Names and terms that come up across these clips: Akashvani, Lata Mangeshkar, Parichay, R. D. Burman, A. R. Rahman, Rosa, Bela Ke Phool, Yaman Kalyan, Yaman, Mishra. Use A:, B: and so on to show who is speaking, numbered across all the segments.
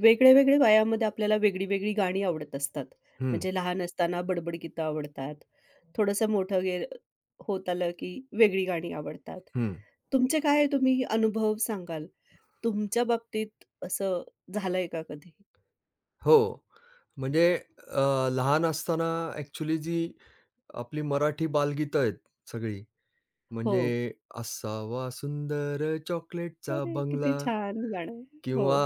A: वेगळ्या-वेगळ्या वयामध्ये आपल्याला वेगळी-वेगळी गाणी आवडत असतात.
B: हं,
A: म्हणजे लहान असताना बडबड गीतं आवडतात. थोडंसं मोठं गे होत आलं की वेगळी गाणी आवडतात.
B: हं.
A: तुमचे काय तुम्ही अनुभव सांगाल? तुमच्या बाबतीत असं झालंय का कधी?
B: हो. म्हणजे लहान असताना ॲक्चुअली जी आपली मराठी बालगीतं आहेत सगळी,
A: हो.
B: म्हणजे असावा सुंदर चॉकलेटचा
A: अरे किती
B: बंगला
A: छान गाणं आहे. हो.
B: किंवा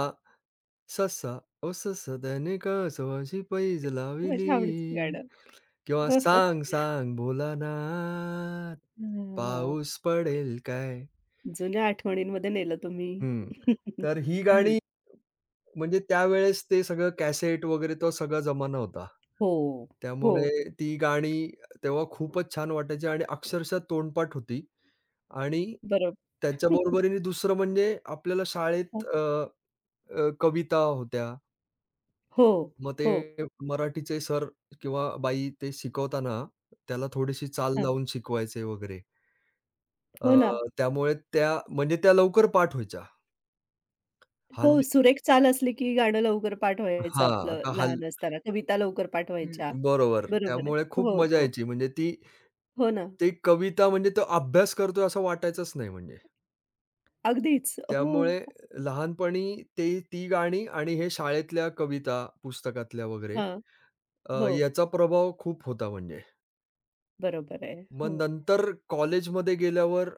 B: ससा ओ ससा त्याने कासवाशी पैज लाविली
A: माझ्या आवडीचं गाणं.
B: किंवा
A: हो, हो.
B: सांग, सांग भोलानाथ,
A: हां.
B: पाऊस पडेल काय?
A: जुन्या आठवणींमध्ये नेलं तुम्ही.
B: हं. तर ही
A: हं.
B: गाणी म्हणजे त्यावेळेस ते सगळं कॅसेट वगैरे तो सगळा जमाना होता.
A: हो,
B: त्यामुळे
A: हो.
B: ती गाणी तेव्हा खूपच छान वाटायची आणि अक्षरशः तोंडपाठ होती. आणि
A: बरोबर.
B: त्याच्या बरोबरीने दुसरं म्हणजे आपल्याला शाळेत अ, अ, कविता होत्या.
A: हो,
B: मग
A: हो.
B: ते मराठीचे सर किंवा बाई ते शिकवताना त्याला थोडीशी चाल
A: हां.
B: लावून शिकवायचे वगैरे. अ,
A: हो ना.
B: त्यामुळे त्या लवकर पाठ व्हायच्या.
A: हो,
B: हल्ली
A: सुरेख चाल असली की गाणं लवकर पाठ व्हायचं
B: हां,
A: आपलं
B: आता हल्
A: लहान असताना. कविता लवकर पाठ व्हायच्या.
B: हं, बरोबर.
A: बरोबर आहे.
B: त्यामुळे खूप
A: हो,
B: मजा
A: हो.
B: यायची म्हणजे ती
A: हो ना.
B: ती कविता म्हणजे तो अभ्यास करतोय असं वाटायचंच नाही म्हणजे.
A: अगदीच. हो.
B: त्यामुळे लहानपणी ती गाणी आणि हे शाळेतल्या कविता पुस्तकातल्या वगैरे
A: हां. हो.
B: याचा प्रभाव खूप होता म्हणजे.
A: बरोबर आहे.
B: मग
A: हो.
B: नंतर कॉलेजमध्ये गेल्यावर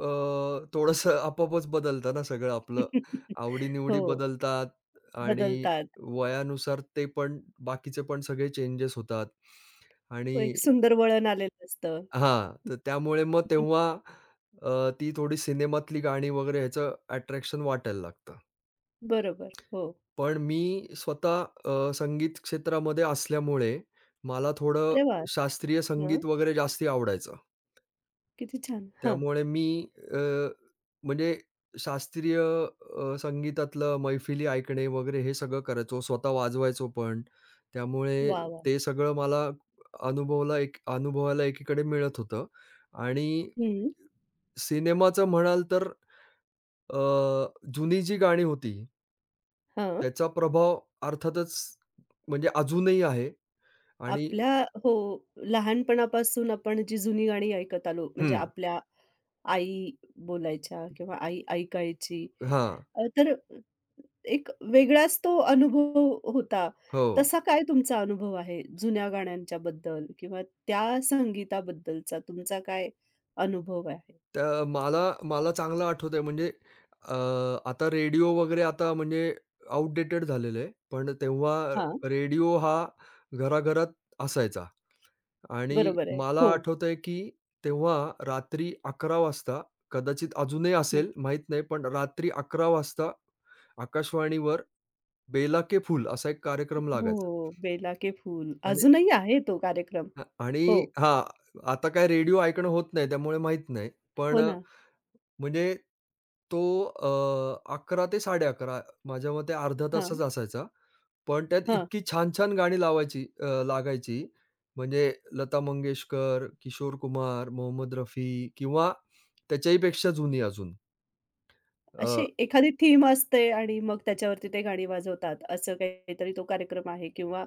B: अ, थोडंसं आपोआपच बदलतं ना सगळं आपलं. आवडी
A: हो,
B: बदलतात आणि
A: बदलतात.
B: वयानुसार ते पण बाकीचे पण सगळे चेंजेस होतात आणि
A: हो, एक सुंदर वळण आलेलं असतं.
B: हां, तर त्यामुळे मग तेव्हा ती थोडी सिनेमातली गाणी वगैरे ह्याचं अट्रॅक्शन वाटायला लागतं.
A: बरोबर. हो.
B: पण मी स्वतः संगीत क्षेत्रामध्ये असल्यामुळे मला थोडं
A: अरे वाह!
B: शास्त्रीय
A: हां,
B: संगीत वगैरे जास्ती आवडायचं.
A: किती छान. हां.
B: त्यामुळे मी अ, म्हणजे शास्त्रीय संगीतातलं मैफिली ऐकणे वगैरे हे सगळं करायचो. स्वतः वाजवायचो पण. त्यामुळे
A: वाह, वाह!
B: ते सगळं मला अनुभवला एक अनुभवायला एकीकडे मिळत होतं आणि
A: हं.
B: सिनेमाचं म्हणाल तर अ, जुनी जी गाणी होती
A: हां.
B: त्याचा प्रभाव अर्थातच म्हणजे अजूनही आहे आणि
A: आपल्या हो, लहानपणापासून आपण जी जुनी गाणी ऐकत आलो, म्हणजे
B: हं,
A: आपल्या आई बोलायच्या किंवा आई ऐकायची.
B: हां,
A: तर एक वेगळाच तो अनुभव होता.
B: हो.
A: तसा काय तुमचा अनुभव आहे जुन्या गाण्यांच्याबद्दल किंवा त्या संगीताबद्दलचा तुमचा काय अनुभव आहे?
B: तर मला मला चांगलं आठवतंय म्हणजे अ, आता रेडिओ वगैरे आता म्हणजे आउटडेटेड झालेलं आहे. पण तेव्हा
A: हां,
B: रेडिओ हा घराघरात असायचा. आणि
A: बरोबर आहे.
B: मला
A: हो.
B: आठवतंय, की तेव्हा रात्री 11:00 वाजता, कदाचित अजूनही
A: हं.
B: असेल माहीत नाही, पण रात्री 11:00 वाजता आकाशवाणीवर "बेला के फूल" असा एक कार्यक्रम लागायचा
A: हो, बेला के फूल.
B: आणि
A: अजूनही आहे तो कार्यक्रम. हो,
B: हां, आता काय रेडिओ ऐकणं होत नाही त्यामुळे माहीत नाही. पण
A: हो ना.
B: म्हणजे तो अ, 11:00 ते 11:30 माझ्या मते अर्धा
A: हां,
B: तासच असायचा. पण त्यात
A: हां.
B: इतकी छान-छान गाणी लागायची. म्हणजे लता मंगेशकर, किशोर कुमार, मोहम्मद रफी किंवा त्याच्याही पेक्षा जुनी अजून
A: अशी
B: अ,
A: एखादी थीम असते आणि मग त्याच्यावरती ते गाणी वाजवतात, असं काहीतरी तो कार्यक्रम आहे किंवा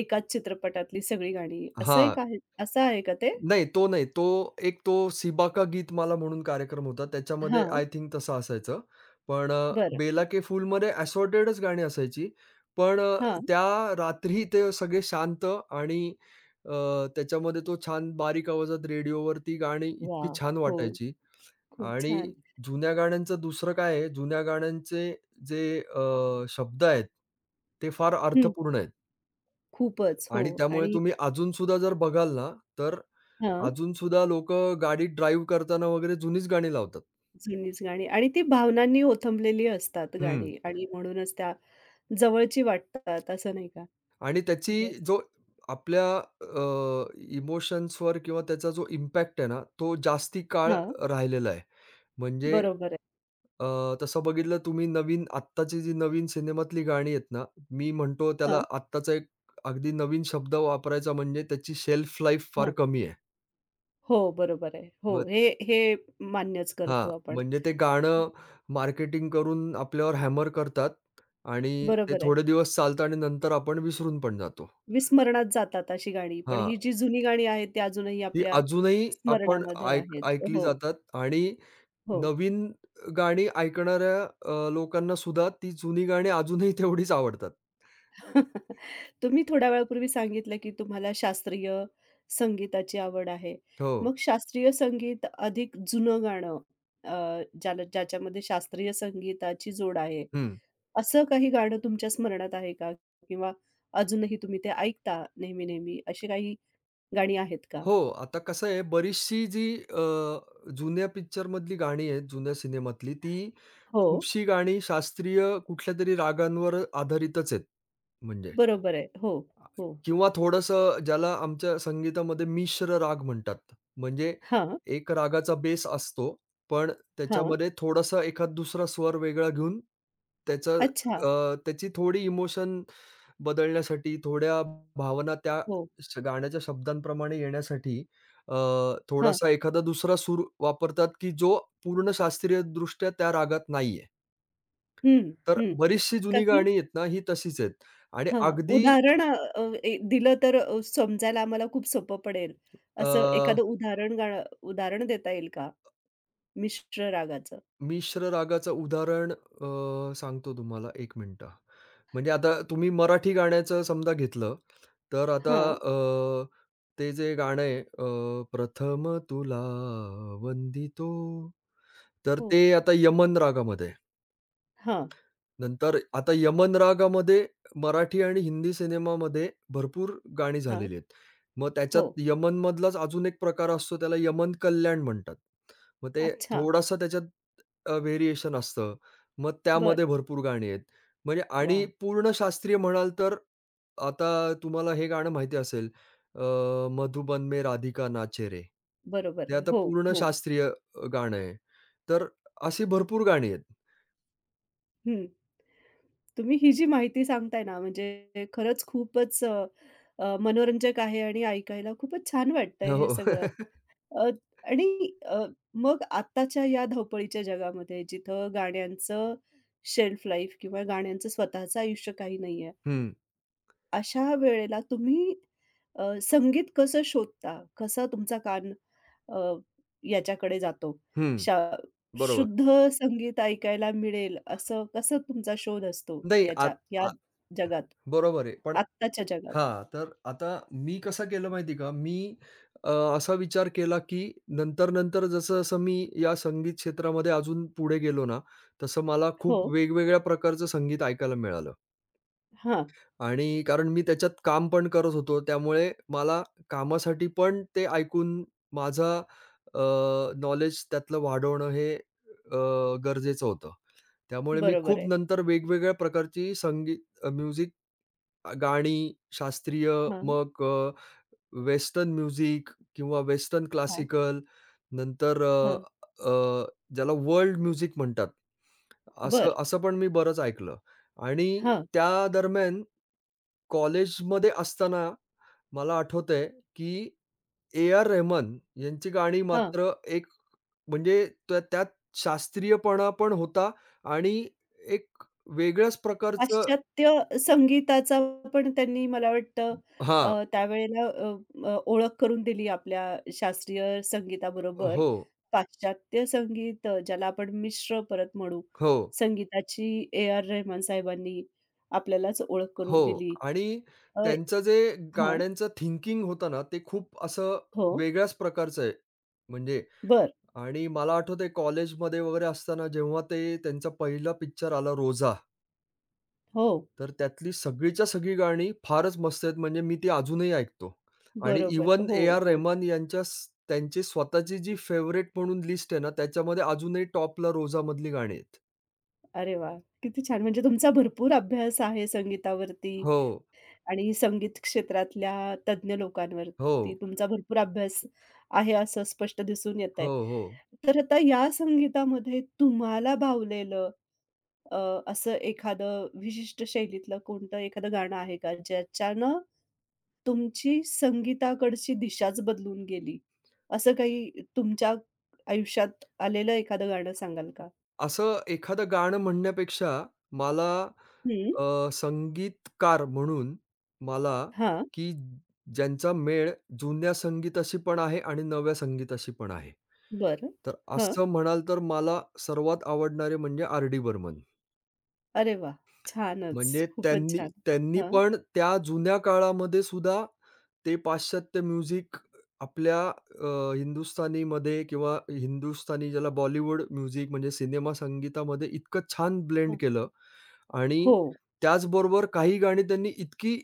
A: एकाच चित्रपटातली सगळी गाणी असं
B: हां.
A: एक आहे असं आहे का ते?
B: नाही तो नाही. तो सिबाका गीत माला म्हणून कार्यक्रम होता. त्याच्यामध्ये
A: हां,
B: आय थिंक तसं असायचं. पण
A: बरं.
B: बेला के फूलमध्ये असॉर्टेडच गाणी असायची. पण
A: हां.
B: त्या रात्री ते सगळे शांत आणि अ, त्याच्यामध्ये तो छान बारीक आवाजात रेडिओवरती गाणी इतकी
A: वाह!
B: छान
A: हो,
B: वाटायची.
A: खूप
B: आणि
A: छान.
B: जुन्या गाण्यांचं दुसरं काय आहे, जुन्या गाण्यांचे जे शब्द आहेत, ते फार
A: हं,
B: अर्थपूर्ण आहेत
A: खूपच. हो
B: आणि त्यामुळे
A: आणि
B: तुम्ही अजूनसुद्धा जर बघाल ना, तर
A: हां,
B: अजूनसुद्धा लोक गाडी ड्राईव्ह करताना वगैरे जुनीच गाणी लावतात.
A: जुनीच गाणी आणि ती भावनांनी ओथंबलेली असतात
B: हं.
A: गाणी आणि म्हणूनच त्या जवळची वाटतात असं नाही का?
B: आणि त्याची
A: बरं.
B: जो आपल्या इमोशन्सवर किंवा त्याचा जो इम्पॅक्ट आहे ना, तो जास्ती काळ
A: हां,
B: राहिलेला आहे. म्हणजे
A: बरोबर आहे.
B: अ, तसं बघितलं तुम्ही नवीन आत्ताची जी नवीन सिनेमातली गाणी आहेत ना, मी म्हणतो त्याला
A: हां,
B: आत्ताचा एक अगदी नवीन शब्द वापरायचा म्हणजे त्याची शेल्फ लाईफ फार
A: हां.
B: कमी आहे.
A: हो, बरोबर आहे. हो,
B: मग
A: हे हे मान्यच
B: हां,
A: करतो आपण.
B: म्हणजे ते गाणं मार्केटिंग करून आपल्यावर हॅमर करतात आणि ते
A: बरोबर आहे.
B: थोडे दिवस चालतं आणि नंतर आपण विसरून पण जातो.
A: विस्मरणात जातात अशी गाणी. पण
B: हां,
A: ही जी जुनी गाणी आहेत ती अजूनही
B: ती
A: आपल्या
B: अजूनही आपण
A: स्मरणामध्ये आहेत.
B: ऐकली
A: हो,
B: जातात आणि
A: हो.
B: नवीन गाणी ऐकणाऱ्या लोकांनासुद्धा ती जुनी गाणी अजूनही तेवढीच आवडतात.
A: तुम्ही थोड्या वेळापूर्वी सांगितलं, की तुम्हाला शास्त्रीय संगीताची आवड आहे.
B: हो.
A: मग शास्त्रीय संगीत अधिक जुनं गाणं अ, ज्याला ज्याच्यामध्ये शास्त्रीय संगीताची जोड आहे.
B: हं.
A: असं काही गाणं तुमच्या स्मरणात आहे का? किंवा अजूनही तुम्ही ते ऐकता नेहमी-नेहमी अशी काही गाणी आहेत का?
B: हो, आता कसं आहे बरीचशी जी जुन्या पिक्चरमधली गाणी आहेत, जुन्या सिनेमातली, ती
A: हो,
B: खूपशी गाणी शास्त्रीय कुठल्यातरी रागांवर आधारितच आहेत. म्हणजे
A: बरोबर आहे. हो,
B: आ,
A: हो.
B: किंवा थोडंसं ज्याला आमच्या संगीतामध्ये मिश्र राग म्हणतात. म्हणजे
A: हां,
B: एक रागाचा बेस असतो, पण
A: हां.
B: त्याच्यामध्ये थोडासा एखाद दुसरा स्वर वेगळा घेऊन त्याचं
A: अच्छा.
B: अ, त्याची थोडी इमोशन बदलण्यासाठी थोड्या भावना त्या
A: हो.
B: गाण्याच्या शब्दांप्रमाणे येण्यासाठी अ,
A: हां.
B: थोडासा एखादा दुसरा सूर वापरतात, की जो पूर्ण शास्त्रीयदृष्ट्या त्या रागात नाहीये.
A: हं,
B: तर
A: हं.
B: बरीचशी जुनी
A: काही
B: गाणी आहेत ना, ही तशीच आहेत आणि
A: हां,
B: अगदी
A: उदाहरण अ, अ, दिलं तर समजायला आम्हाला खूप सोपं पडेल.
B: अ
A: असं एखादं उदाहरण देता येईल का? मिश्र रागाचं?
B: मिश्र रागाचं उदाहरण सांगतो तुम्हाला एक मिनिटं. म्हणजे आता तुम्ही मराठी गाण्याचं समजा घेतलं, तर आता
A: हां.
B: ते जे गाणं आहे प्रथम तुला वंदितो, तर
A: हो.
B: ते आता यमन रागामध्ये आहे.
A: हां,
B: नंतर आता यमन रागामध्ये मराठी आणि हिंदी सिनेमामध्ये भरपूर गाणी
A: हां.
B: झालेली आहेत. मग
A: हो.
B: त्याच्यात यमनमधलाच अजून एक प्रकार असतो त्याला यमन कल्याण म्हणतात. मग ते
A: अच्छा.
B: थोडासा त्याच्यात व्हेरिएशन असतं. मग
A: बरं.
B: त्यामध्ये भरपूर गाणी आहेत. म्हणजे आणि
A: वाह!
B: पूर्ण शास्त्रीय म्हणाल तर आता तुम्हाला हे गाणं माहिती असेल अ, मधुबन में राधिका नाचे रे.
A: बरोबर
B: ते
A: आहे.
B: आता
A: हो,
B: पूर्ण
A: हो.
B: शास्त्रीय गाणं आहे. तर अशी भरपूर गाणी आहेत.
A: हं. तुम्ही ही जी माहिती सांगताय ना, म्हणजे खरंच खूपच अ, अ, मनोरंजक आहे आणि ऐकायला खूपच छान वाटतंय हे
B: हो.
A: सगळं. अ, आणि मग आत्ताच्या या धावपळीच्या जगामध्ये जिथं गाण्यांचं शेल्फ लाईफ किंवा गाण्यांचं स्वतःचं आयुष्य काही नाहीये.
B: हं.
A: अशा वेळेला तुम्ही संगीत कसं शोधता? कसा तुमचा कान अ, याच्याकडे जातो?
B: हं,
A: शा
B: बरोबर.
A: शुद्ध संगीत ऐकायला मिळेल असं कसं तुमचा शोध असतो
B: नाही
A: याच्या
B: आत
A: या
B: आ
A: जगात,
B: बरोबर आहे. पण
A: आत्ताच्या जगात?
B: हां, तर आता मी कसं केलं माहिती आहे का? अ, असा विचार केला, की नंतर-नंतर जसं-जसं मी या संगीत क्षेत्रामध्ये अजून पुढे गेलो ना, तसं मला
A: हो.
B: खूप वेगवेगळ्या प्रकारचं संगीत ऐकायला मिळालं
A: हां.
B: आणि कारण मी त्याच्यात काम पण करत होतो. त्यामुळे मला कामासाठी पण ते ऐकून माझा नॉलेज त्यातलं वाढवणं हे गरजेचं होतं. त्यामुळे मी
A: बरोबर
B: खूप
A: आहे.
B: नंतर वेगवेगळ्या प्रकारची म्युझिक, गाणी, शास्त्रीय,
A: हां,
B: मग वेस्टर्न म्युझिक किंवा वेस्टर्न
A: हां,
B: क्लासिकल, नंतर अ,
A: हां.
B: अ, ज्याला वर्ल्ड म्युझिक म्हणतात.
A: बरं.
B: असं असं पण मी बरंच ऐकलं आणि
A: हां,
B: त्या दरम्यान कॉलेजमध्ये असताना मला आठवतंय, की ए. आर. रेहमान यांची गाणी
A: हां.
B: मात्र एक म्हणजे त्यात शास्त्रीयपणा पण होता आणि एक वेगळ्याच प्रकारचं
A: पाश्चात्य संगीताचा पण त्यांनी मला वाटतं
B: हां.
A: त्यावेळेला अ, अ, ओळख करून दिली आपल्या शास्त्रीय संगीताबरोबर.
B: हो,
A: पाश्चात्य संगीत ज्याला आपण मिश्र परत म्हणू,
B: हो,
A: संगीताची ए.आर. रेहमान साहेबांनी आपल्यालाच ओळख करून
B: हो.
A: दिली.
B: आणि
A: अ,
B: त्यांचं जे
A: हां.
B: गाण्यांचं थिंकिंग होतं ना, ते खूप असं
A: हो.
B: वेगळ्याच प्रकारचं आहे. म्हणजे
A: बरं.
B: आणि मला आठवतंय कॉलेजमध्ये वगैरे असताना जेव्हा ते त्यांचा पहिला पिक्चर आला रोजा.
A: हो.
B: तर त्यातली सगळीच्या सगळी गाणी फारच मस्त आहेत, म्हणजे मी ती अजूनही ऐकतो. आणि
A: बरोबर.
B: इव्हन
A: हो,
B: ए.आर.
A: हो.
B: रहमान यांच्या स त्यांची स्वतःची जी फेवरेट म्हणून लिस्ट आहे ना, त्याच्यामध्ये अजूनही टॉपला रोजामधली गाणी आहेत.
A: अरे वाह! किती छान. म्हणजे तुमचा भरपूर अभ्यास आहे संगीतावरती.
B: हो,
A: आणि संगीत क्षेत्रातल्या तज्ञ
B: हो,
A: लोकांवरती तुमचा भरपूर अभ्यास आहे असं स्पष्ट दिसून
B: हो,
A: येतंय.
B: हो.
A: तर आता या संगीतामध्ये तुम्हाला भावलेलं अ, असं एखादं विशिष्ट शैलीतलं कोणतं एखादं गाणं आहे का? ज्याच्यानं तुमची संगीताकडची दिशाच बदलून गेली? असं काही तुमच्या आयुष्यात आलेलं एखादं गाणं सांगाल का?
B: असं एखादं गाणं म्हणण्यापेक्षा मला
A: हं.
B: संगीतकार म्हणून मला
A: हां.
B: की ज्यांचा मेळ जुन्या संगीताशी पण आहे आणि नव्या संगीताशी पण आहे.
A: बरं.
B: तर
A: हं.
B: असं म्हणाल तर मला सर्वात आवडणारे म्हणजे आर.डी. बर्मन.
A: अरे वाह! छानच.
B: म्हणजे
A: खूपच
B: त्यांनी
A: छान.
B: त्यांनी
A: हां.
B: पण त्या जुन्या काळामध्ये सुद्धा ते पाश्चात्य म्युझिक आपल्या अ, हिंदुस्थानीमध्ये किंवा हिंदुस्थानी ज्याला बॉलिवूड म्युझिक म्हणजे सिनेमा संगीतामध्ये इतकं छान ब्लेंड केलं आणि
A: हो.
B: त्याचबरोबर काही गाणी त्यांनी इतकी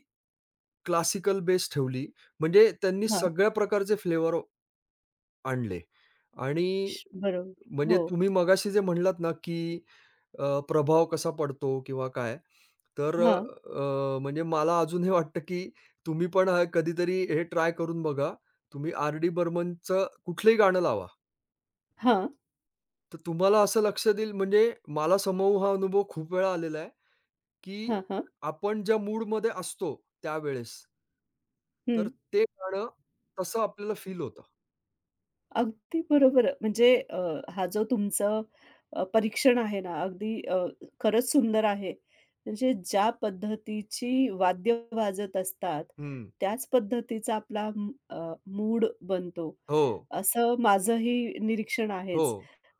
B: क्लासिकल बेस ठेवली म्हणजे त्यांनी
A: हां.
B: सगळ्या प्रकारचे फ्लेवर आणले आणि
A: श बरोबर.
B: म्हणजे
A: हो.
B: तुम्ही मगाशी जे म्हणलात ना, की प्रभाव कसा पडतो किंवा काय, तर
A: हां,
B: म्हणजे मला अजून हे वाटतं, की तुम्ही पण कधीतरी हे ट्राय करून बघा. तुम्ही आर.डी. बर्मनचं कुठलंही गाणं लावा,
A: हां,
B: तर तुम्हाला असं लक्षात येईल म्हणजे मला समोर हा अनुभव खूप वेळा आलेला आहे, की
A: हां, हां.
B: आपण ज्या मूडमध्ये असतो त्यावेळेस, तर
A: हं.
B: ते गाणं तसं आपल्याला फील होतं.
A: अगदी बरोबर आहे. म्हणजे हा जो तुमचं परीक्षण आहे ना, अगदी खरंच सुंदर आहे. म्हणजे ज्या पद्धतीची वाद्य वाजत असतात,
B: हं.
A: त्याच पद्धतीचा आपला मूड बनतो.
B: हो,
A: असं माझंही निरीक्षण
B: हो.
A: आहेच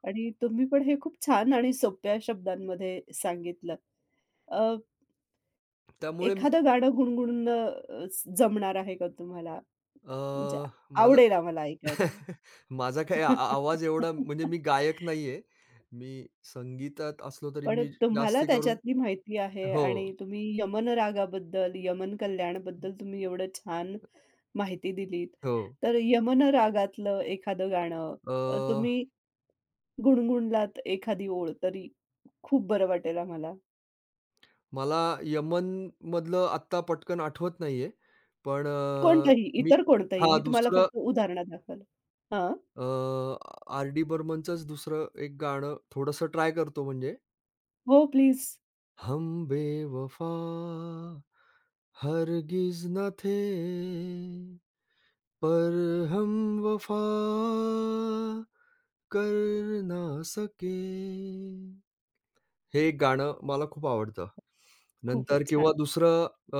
A: आणि तुम्ही पण हे खूप छान आणि सोप्या शब्दांमध्ये सांगितलं. अ,
B: त्यामुळे
A: एखादं गाणं गुणगुणणं अ, जमणार आहे का तुम्हाला?
B: अ,
A: म्हणजे
B: माझा
A: आवडेल आम्हाला ऐकायला.
B: माझा काय आ आ आवाज एवढा म्हणजे मी गायक नाहीये. मी संगीतात असलो तरी
A: पण
B: मी
A: तुम्हाला
B: जास्ती करून
A: त्याच्यातली माहिती आहे
B: हो,
A: आणि तुम्ही यमन रागाबद्दल, यमन कल्याणबद्दल तुम्ही एवढं छान माहिती दिलीत.
B: हो.
A: तर यमन रागातलं एखादं गाणं
B: अ,
A: तुम्ही गुणगुणलात एखादी ओळ तरी खूप बरं वाटेल आम्हाला.
B: मला यमनमधलं आत्ता पटकन आठवत नाहीये. पण
A: कोणतंही,
B: मी
A: इतर कोणतंही. मी तुम्हाला
B: दुसरं
A: फक्त उदाहरणं दाखवलं. हां.
B: अ, आर-डी बर्मनचंच दुसरं एक गाणं थोडंसं ट्राय करतो म्हणजे
A: हो, प्लीज.
B: हम बेवफा हरगिज न थे पर हम वफा कर ना सके. हे गाणं मला खूप आवडतं. नंतर
A: खूपच
B: किंवा
A: छान.
B: दुसरं अ,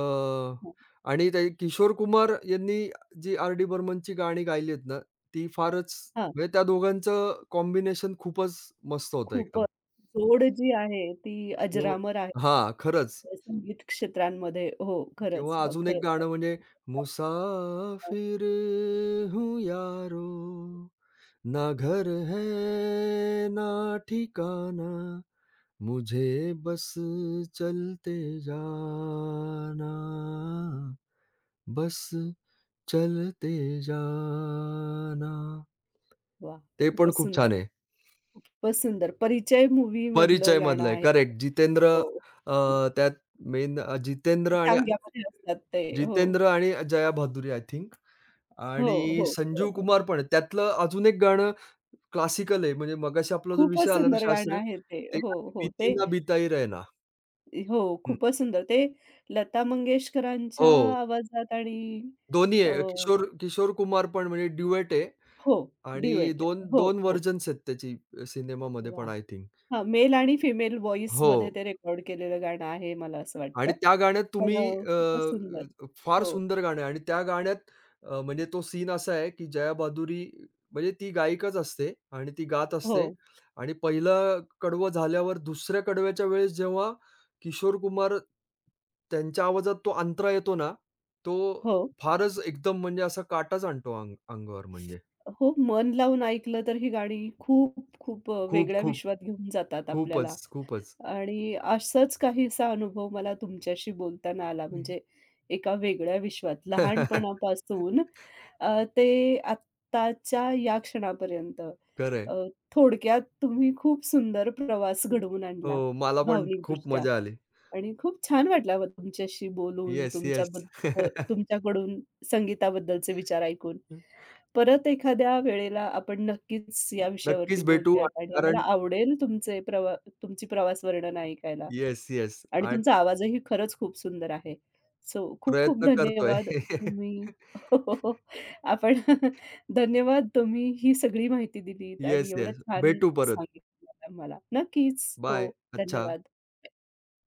B: आणि ते किशोर कुमार यांनी जी आर.डी. बर्मनची गाणी गायली आहेत ना, ती फारच
A: हां,
B: म्हणजे त्या दोघांचं कॉम्बिनेशन खूपच मस्त होतं एकदम.
A: खूपच. जोड जी आहे ती
B: किंवा
A: अजरामर आहे
B: हां, खरंच.
A: संगीत क्षेत्रांमध्ये. हो, खरंच.
B: किंवा
A: हां,
B: अजून एक
A: खरंच.
B: गाणं म्हणजे
A: हां,
B: मुसाफिर हूँ यारो ना घर है ना ठिकाना मुझे बस चलते जाना बस चलते जाना
A: वाह!
B: ते पण
A: खूपच
B: खूप
A: सुंदर,
B: छान आहे.
A: खूपच सुंदर. परिचय मूव्हीमधलं
B: परिचय
A: गाणं
B: मधलं आहे.
A: आहे.
B: करेक्ट जितेंद्र
A: हो.
B: त्यात मेन जितेंद्र आणि
A: टांग्यामध्ये असतात ते. हो,
B: जितेंद्र आणि जया भादुरी आय थिंक
A: हो,
B: आणि
A: हो.
B: संजीव
A: बरोबर.
B: कुमार पण आहे. त्यातलं अजून एक गाणं क्लासिकल आहे. म्हणजे मगाशी आपला जो विषय
A: खूपच
B: आला ना
A: सुंदर गाणं
B: शास्त्रीय,
A: आहे ते.
B: ते
A: हो,
B: आहे
A: हो.
B: "बीती
A: ते
B: ना बिताई रहना."
A: हो,
B: हं.
A: खूपच सुंदर. ते लता मंगेशकरांच्या
B: हो.
A: आवाजात आणि
B: दोन्ही
A: अ,
B: आहे. किशोर किशोर कुमार पण म्हणजे ड्युएट आहे
A: हो,
B: आणि
A: ड्युएट
B: दोन
A: आहे. हो,
B: 2
A: हो.
B: व्हर्जन्स आहेत त्याची सिनेमामध्ये
A: वाह!
B: पण आय थिंक.
A: हां, मेल आणि फिमेल
B: हो.
A: व्हॉईसमध्ये ते रेकॉर्ड केलेलं गाणं आहे मला असं वाटतं.
B: आणि त्या गाण्यात
A: पण खूपच सुंदर.
B: फार
A: हो,
B: सुंदर गाणं आहे आणि त्या गाण्यात म्हणजे तो सीन असा आहे, की जया बादुरी म्हणजे ती गायिकाच असते आणि ती गात असते
A: हो,
B: आणि पहिलं कडवं झाल्यावर दुसऱ्या कडव्याच्या वेळेस जेव्हा किशोर कुमार त्यांच्या आवाजात तो अंतरा येतो ना, तो
A: हो.
B: फारच एकदम म्हणजे असा काटाच आणतो अंगावर म्हणजे.
A: हो, मन लावून ऐकलं तर ही गाणी खूप खूप
B: खूप,
A: वेगळ्या
B: खूप,
A: विश्वात घेऊन जातात आपल्याला
B: खूपच, खूपच.
A: आणि असंच काहीसा अनुभव मला तुमच्याशी बोलताना आला. म्हणजे एका वेगळ्या विश्वात लहानपणापासून ते आत्ताच्या या क्षणापर्यंत
B: खरं
A: अ, थोडक्यात तुम्ही खूप सुंदर प्रवास घडवून
B: हो,
A: आणला
B: मला पण खूप
A: भावनिकदृष्ट्या.
B: मजा आली.
A: आणि खूप छान वाटलं तुमच्याशी बोलून,
B: येस, येस.
A: तुमच्याकडून संगीताबद्दलचे विचार ऐकून. परत एखाद्या वेळेला आपण नक्कीच या विषयावरती
B: नक्कीच भेटू
A: बोलूयात
B: आणि
A: आणि आम्हाला
B: कारण
A: आवडेल तुमचे प्रवा तुमची प्रवास वर्णन ऐकायला.
B: Yes, yes.
A: आणि
B: आणि
A: तुमचा आवाजही खरंच खूप सुंदर आहे. सो खूप खूप
B: प्रयत्न करतोय.
A: धन्यवाद तुम्ही हो, हो, हो. आपण धन्यवाद तुम्ही ही सगळी माहिती दिलीत आणि
B: येस,
A: एवढं
B: येस.
A: छान
B: भेटू परत.
A: सांगितलं आम्हाला. नक्कीच. हो,
B: बाय. अच्छा.
A: धन्यवाद.